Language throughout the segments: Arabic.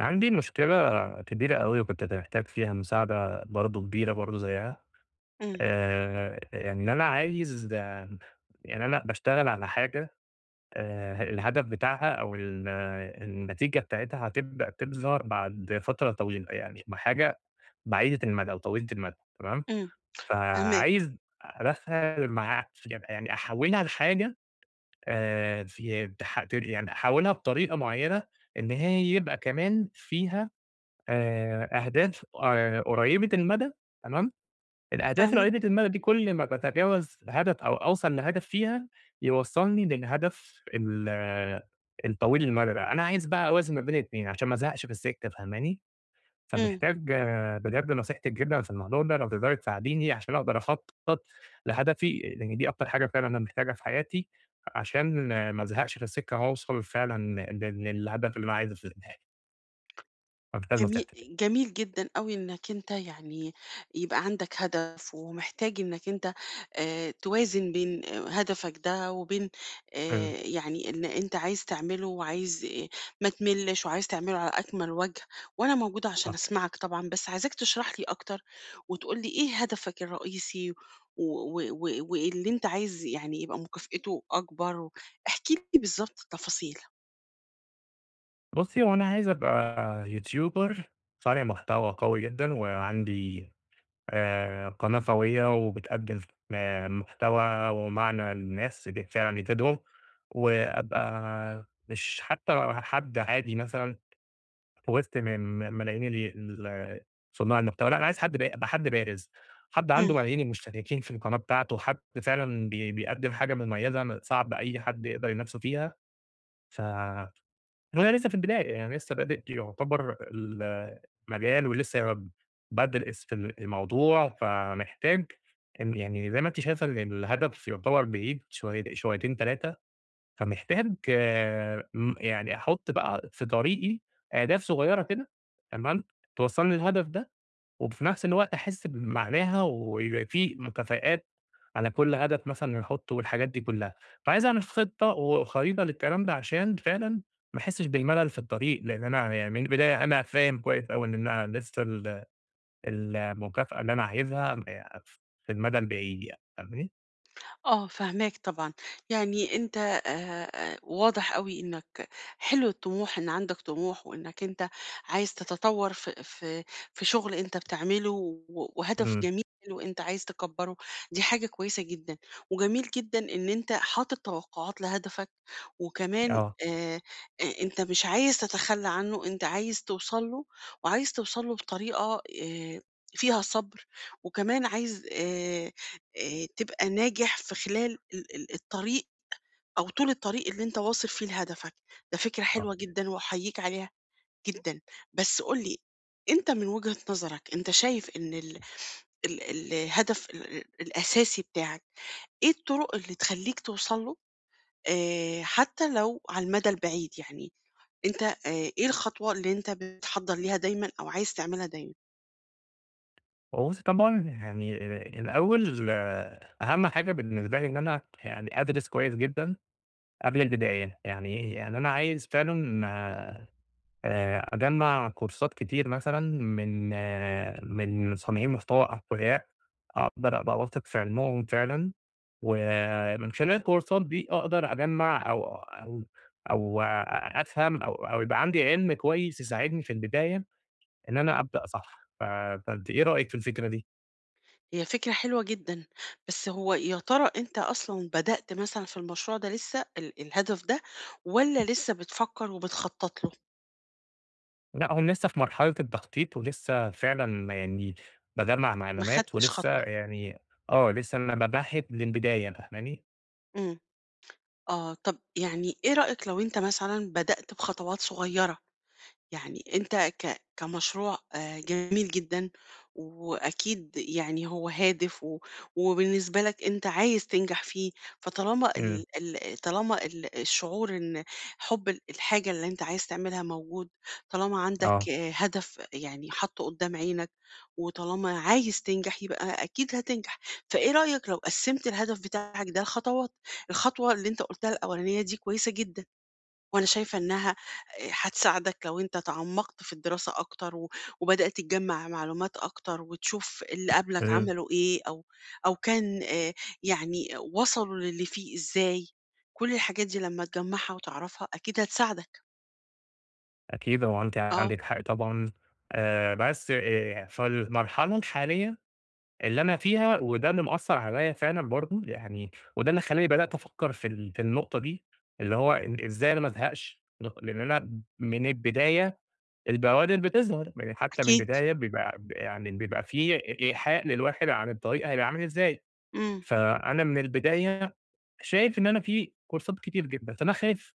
عندي مشكلة كبيرة أوي وكنت محتاج فيها مساعدة برضه كبيرة برضه زيها. إمم، يعني إن أنا عايز. يعني أنا باشتغل على حاجة. الهدف بتاعها أو ال آه، النتيجة بتاعتها هتبدأ تظهر بعد فترة طويلة، يعني حاجة بعيدة المدى أو طويلة المدى تمام. إمم، فاهماك، فعايز أدخّل مع يعني أحوّلها لحاجة. في تح ت يعني أحوّلها بطريقة معيّنة إن هي يبقى كمان فيها أهداف قريّبة المدى تمام. الأهداف فاهماك، القريّبة المدى دي كل ما باتجاوز هدف أو أوصل لهدف فيها، يوصّلني للهدف الطويل المدى ده. أنا عايز بقى أوازن ما بين الاتنين عشان ما ازهقش في السكة، فاهماني؟ إمم، فمحتاج بجد نصيحتِك جدًا في الموضوع ده، لو تقدري تساعديني عشان أقدر أخطّط لهدفي، لإن دي أكتر حاجة فعلًا أنا محتاجها في حياتي، عشان ما ازهقش في السكة وأوصل فعلًا لل للهدف اللي أنا عايزه في النهاية. فمحتاج جميل نصيحتِك يعني. جميل جدًا أوي إنك أنت يعني يبقى عندك هدف، ومحتاج إنك أنت توازن بين هدفك ده وبين إمم. يعني إن أنت عايز تعمله وعايز ما تملّش وعايز تعمله على أكمل وجه، وأنا موجودة عشان أسمعك طبعًا، بس عايزاك تشرح لي أكتر وتقول لي إيه هدفك الرئيسي و واللي أنت عايز يعني يبقى مكافأته أكبر، احكِ لي بالضبط التفاصيل. بُصّي، هو أنا عايز أبقى يوتيوبر صانع محتوى قوي جدًا، وعندي قناة قوية وبتقدم محتوى ومعنى للناس فعلًا يفيدهم، وأبقى مش حتى حد عادي مثلًا في وسط ملايين ال ال صناع المحتوى. لأ، أنا عايز حد يبقى حد بارز، حد عنده إمم. ملايين المشتركين في القناة بتاعته، حد فعلًا بيقدم حاجة مميزة صعب أي حد يقدر ينافسه فيها. ف أنا لسه في البداية، يعني لسه بادئ يعتبر المجال ولسه بادئ في الموضوع. فمحتاج إن، يعني زي ما أنتِ شايفة، إن الهدف يعتبر بعيد شوي شويتين 3. فمحتاج آه، م يعني أحُط بقى في طريقي أهداف صغيرة كده تمام، توصّلني للهدف ده، وفي نفس الوقت أحس بمعناها ويبقى في مكافآت على كل هدف مثلًا نحطه والحاجات دي كلها. فعايز أعمل خطة وخريطة للكلام ده عشان فعلًا ما أحسش بالملل في الطريق، لأن أنا يعني من البداية أنا فاهم كويس أوي إن أنا لسه المكافأة اللي أنا عايزها في المدى البعيد يعني، فاهماني؟ آه، فاهماك طبعًا، يعني أنت واضح أوي إنك حلو الطموح، إن عندك طموح وإنك أنت عايز تتطوّر في في شغل أنت بتعمله وهدف إمم. جميل وأنت عايز تكبّره، دي حاجة كويسة جدًا، وجميل جدًا إن أنت حاطط توقعات لهدفك، وكمان آه، آآ أنت مش عايز تتخلّى عنه، أنت عايز توصل له، وعايز توصل له بطريقة فيها صبر، وكمان عايز تبقى ناجح في خلال ال ال الطريق أو طول الطريق اللي أنت واصل فيه لهدفك، ده فكرة آه. حلوة جدًا وأحييك عليها جدًا، بس قُل لي أنت من وجهة نظرك أنت شايف إن ال ال الهدف ال ال الأساسي بتاعك إيه الطرق اللي تخلّيك توصل له حتى لو على المدى البعيد؟ يعني أنت إيه الخطوة اللي أنت بتحضّر ليها دايمًا أو عايز تعملها دايمًا؟ وبُصّي طبعًا يعني، الأول، أهم حاجة بالنسبة لي إن أنا يعني أدرس كويس جدًا قبل البداية. يعني أنا عايز فعلًا أجمّع كورسات كتير مثلًا من صانعين محتوى أقوياء أقدر أبقى واثق في علمهم فعلًا، ومن خلال الكورسات دي أقدر أجمّع أو أفهم أو يبقى عندي علم كويس يساعدني في البداية إن أنا أبدأ صح. فأنتِ إيه رأيِك في الفكرة دي؟ هي فكرة حلوة جدًا، بس هو يا ترى أنت أصلًا بدأت مثلًا في المشروع ده لسه ال الهدف ده والّا لسه بتفكّر وبتخطّط له، لأ، هم لسه في مرحلة التخطيط، ولسه فعلًا يعني باجمّع ما معلومات خدتش ولسه خطوة؟ يعني، آه، لسه أنا باباحث للبداية، فاهماني؟ إمم، آه، طَب يعني إيه رأيك لو أنت مثلًا بدأت بخطوات صغيّرة؟ يعني أنت كمشروع جميل جدًا، وأكيد يعني هو هادف وبالنسبة لك أنت عايز تنجح فيه، فطالما إمم. ال ال طالما ال الشعور إن حُب ال الحاجة اللي أنت عايز تعملها موجود، طالما عندك آه. آه، هدف يعني حاطّه قدّام عينك، وطالما عايز تنجح يبقى أكيد هتنجح، فإيه رأيك لو قسّمت الهدف بتاعك ده لخطوات؟ الخطوة اللي أنت قُلتها الأولانية دي كويسة جدًا. وأنا شايفة إنها هتساعدك لو أنت تعمّقت في الدراسة أكتر وبدأت تجمّع معلومات أكتر وتشوف اللي قبلك عملوا إيه أو كان يعني وصلوا للي فيه إزاي، كل الحاجات دي لمّا تجمّعها وتعرفها أكيد هتساعدك. أكيد هو أنتِ آه، عندِك حق طبعًا. بس في المرحلة الحالية اللي أنا فيها، وده اللي مأثّر عليّا فعلًا برضه، يعني وده اللي خلّاني بدأت أفكّر في النقطة دي، اللي هو إن إزاي أنا ما أزهقش، لإن أنا من البداية البوادر بتظهر، يعني حتى من أكيد. البداية بيبقى ب يعني بيبقى في إيحاء للواحد عن الطريق هيبقى عامل إزاي. إمم. فأنا من البداية شايف إن أنا في كورسات كتير جدًا، فأنا خايف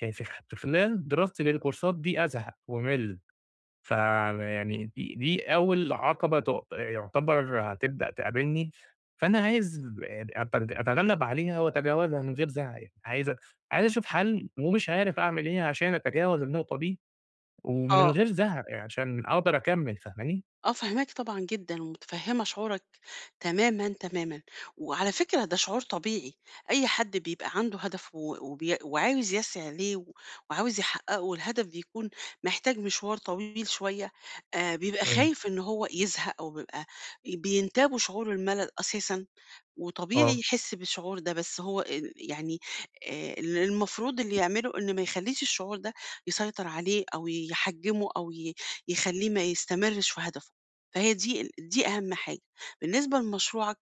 خايف في خلال دراستي للكورسات دي أزهق وأمِل. فيعني دي أول عقبة يعتبر هتبدأ تقابلني، فأنا عايز أتغلب عليها وأتجاوزها من غير زعل. عايز أشوف حل، ومش عارف أعمل إيه عشان أتجاوز النقطة دي ومن آه. غير زهق، يعني عشان أقدر أكمل، فاهماني؟ آه، فاهماك طبعًا جدًا، ومتفهمة شعورك تمامًا، تمامًا. وعلى فكرة ده شعور طبيعي، أي حد بيبقى عنده هدف و وبي وعاوز يسعى ليه وعاوز يحققه، والهدف بيكون محتاج مشوار طويل شوية، بيبقى إمم. خايف إن هو يزهق، أو بيبقى بينتابه شعور الملل أساسًا، وطبيعي آه. يحس بالشعور ده، بس هو يعني اللي المفروض اللي يعمله إن ما يخلّيش الشعور ده يسيطر عليه أو يحجّمه أو يخلّيه ما يستمرش في هدفه، فهي دي دي أهم حاجة. بالنسبة لمشروعك،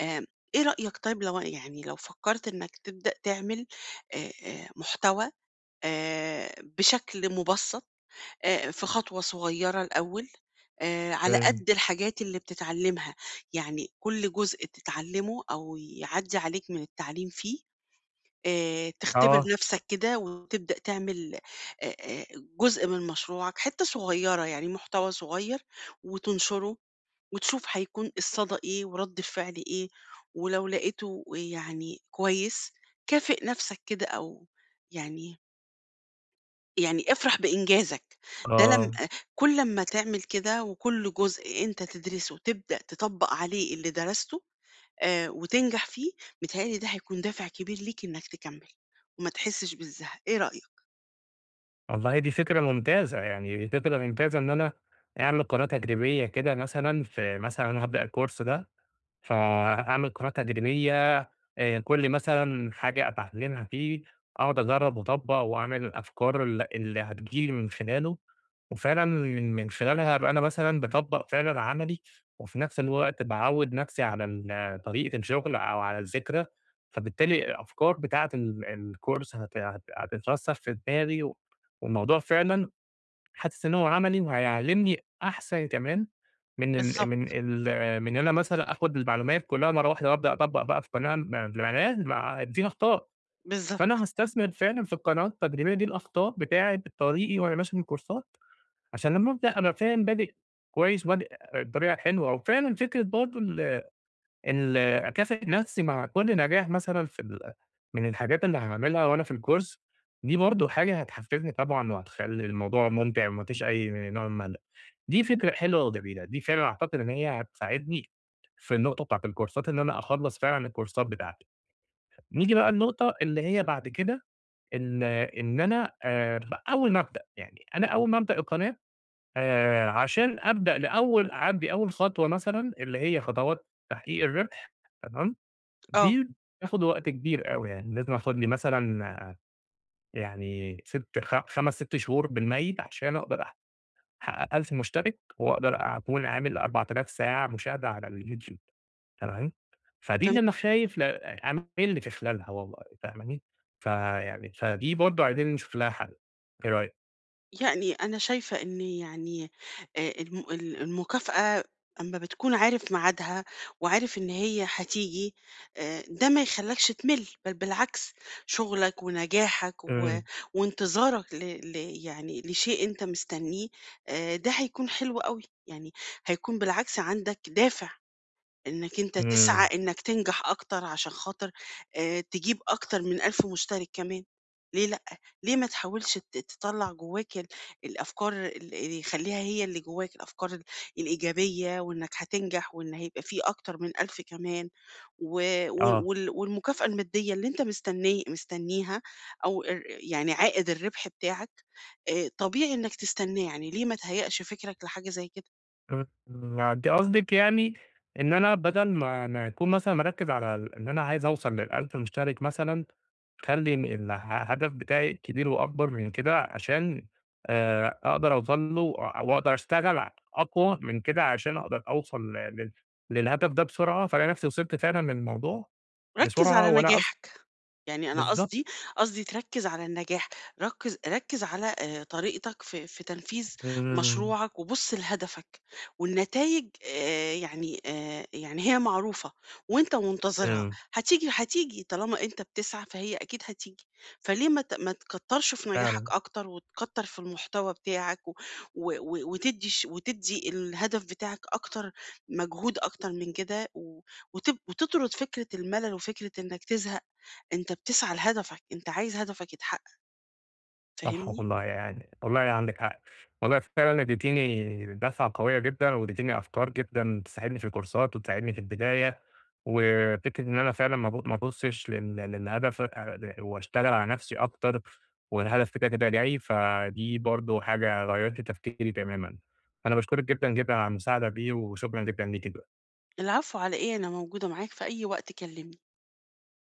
آمم إيه رأيك طيب لو يعني لو فكّرت إنّك تبدأ تعمل محتوى بشكل مُبسّط؟ في خطوة صغيّرة الأول، على تمام. قد الحاجات اللي بتتعلّمها، يعني كل جزء تتعلّمه أو يعدّي عليك من التعليم فيه، تختبر آه، نَفْسك كده وتبدأ تعمل آآ آآ جزء من مشروعك، حتّة صغيّرة، يعني محتوى صغيّر وتنشره وتشوف هيكون الصدى إيه ورَد الفعل إيه، ولو لقيته يعني كويس، كافئ نَفْسك كده أو يعني يعني افرح بإنجازك، ده لم آه. كل أمّا تعمل كده وكل جزء أنت تدرسه تبدأ تطبّق عليه اللي درسته وتنجح فيه، متهيأ لي ده هيكون دافع كبير ليك إنك تكمّل وما تحسّش بالزهق، إيه رأيك؟ والله دي فكرة ممتازة، يعني فكرة ممتازة إن أنا أعمل قناة تدريبية كده، مثلًا في مثلًا هابدأ الcourse ده، فأعمل قناة تدريبية، كل مثلًا حاجة أتعلمها فيه أقعد أجرّب وأطبّق وأعمل الأفكار اللي هتيجي لي من خلاله، وفعلًا من خلالها أبقى أنا مثلًا باطبّق فعلًا عملي، وفي نفس الوقت باعوّد نفسي على طريقة الشغل أو على الذكرى. فبالتالي الأفكار بتاعة الcourse هت هت هتترسخ في دماغي، والموضوع فعلًا حاسس إن هو عملي وهيعلّمني أحسن كمان من ال من بالضبط، ال من إن أنا مثلًا آخُد المعلومات كلّها مرّة واحدة وأبدأ أطبّق بقى في قناة بيانات مع دي أخطاء. فأنا بالضبط، هاستثمر فعلًا في القناة التدريبية دي الأخطاء بتاعة طريقي وأنا ماشي في الكورسات، عشان لمّا أبدأ أبقى فاهم بادئ كويس، بادئ بطريقة حلوة. وفعلًا فكرة برضه ال ال أكافئ نفسي مع كل نجاح مثلًا في ال من الحاجات اللي هاعملها وأنا في الcourse، دي برضه حاجة هتحفزني طبعًا وهتخلّي الموضوع ممتع وما فيش أي نوع من الملل. دي فكرة حلوة وجميلة، دي فعلًا أعتقد إن هي هتساعدني في النقطة بتاعة الكورسات، إن أنا أخلّص فعلًا الكورسات بتاعتي. نيجي بقى النقطة اللي هي بعد كده، إن أنا، أول ما أبدأ، يعني أنا أول ما أبدأ القناة، عشان أبدأ لأول أعدّي أول خطوة مثلًا اللي هي خطوات تحقيق الربح، تمام؟ آه. دي بتاخد وقت كبير أوي يعني، لازم آخد لي مثلًا يعني سِت خ 5، 6 شهور بالمَيِّت عشان أقدر أحقق 1000 مشترك وأقدر أكون عامل 4000 ساعة مشاهدة على الYouTube تمام. فدي اللي أنا خايف أمَل في خلالها والله، فاهماني؟ فيعني فدي برضه عايزين نشوف لها حل، إيه رأيِك؟ يعني أنا شايفة إن يعني آه، المكافأة أما بتكون عارف ميعادها وعارف إن هي هتيجي آه، ده ما يخلكش تمل بل بالعكس شغلك ونجاحك إمم، وانتظارك ل... يعني لشيء أنت مستنيه آه، ده هيكون حلو قوي يعني هيكون بالعكس عندك دافع إنك أنت تسعى إمم. إنك تنجح أكتر عشان خاطر تجيب أكتر من 1000 مشترك كمان، ليه لأ؟ ليه ما تحاولش تطلّع جواك الأفكار اللي يخلّيها هي اللي جواك، الأفكار الإيجابية وإنك هتنجح وإن هيبقى في أكتر من 1000 كمان و وال آه. وال والمكافأة المادية اللي أنت مستنيها أو يعني عائد الربح بتاعك، طبيعي إنك تستناه، يعني ليه ما تهيأش فكرك لحاجة زي كده؟ إمم. أنتِ قصدِك يعني إن أنا بدل ما أكون مثلًا مركِّز على إن أنا عايز أوصل لل1000 مشترك مثلًا، خلّي الهدف بتاعي كبير وأكبر من كده عشان أقدر أوصل له وأقدر أشتغل أقوى من كده عشان أقدر أوصل للهدف ده بسرعة، فالاقي نفسي وصلت فعلًا للموضوع ركّز بسرعة على وأنا أصل. نجاحك. يعني أنا بالضبط. قصدي تركّز على النجاح، ركّز على طريقتك في في تنفيذ إمم، مشروعك، وبُص لهدفك، والنتايج يعني هي معروفة وأنت منتظرها، إمم. هتيجي طالما أنت بتسعى فهي أكيد هتيجي، فليه ما تكتّرش في نجاحك فعلًا. أكتر، وتكتّر في المحتوى بتاعك و وتدّي الهدف بتاعك أكتر مجهود أكتر من كده، و وتطرد فكرة الملل وفكرة إنك تزهق أنت بتسعى لهدفك، أنت عايز هدفك يتحقق، صح فاهمني؟ والله يعني، والله عندِك حق. والله فعلًا اديتيني دفعة قوية جدًا، واديتيني أفكار جدًا تساعدني في الكورسات وتساعدني في البداية. وفكرة إن أنا فعلًا ما ابصش للهدف، واشتغل على نفسي أكتر، والهدف كده كده جاي، فدي برضه حاجة غيّرت تفكيري تمامًا. أنا باشكرِك جدًا، جدًا على المساعدة دي، وشكرًا جدًا ليكِ. العفو على إيه، أنا موجودة معاك في أي وقت كلمني.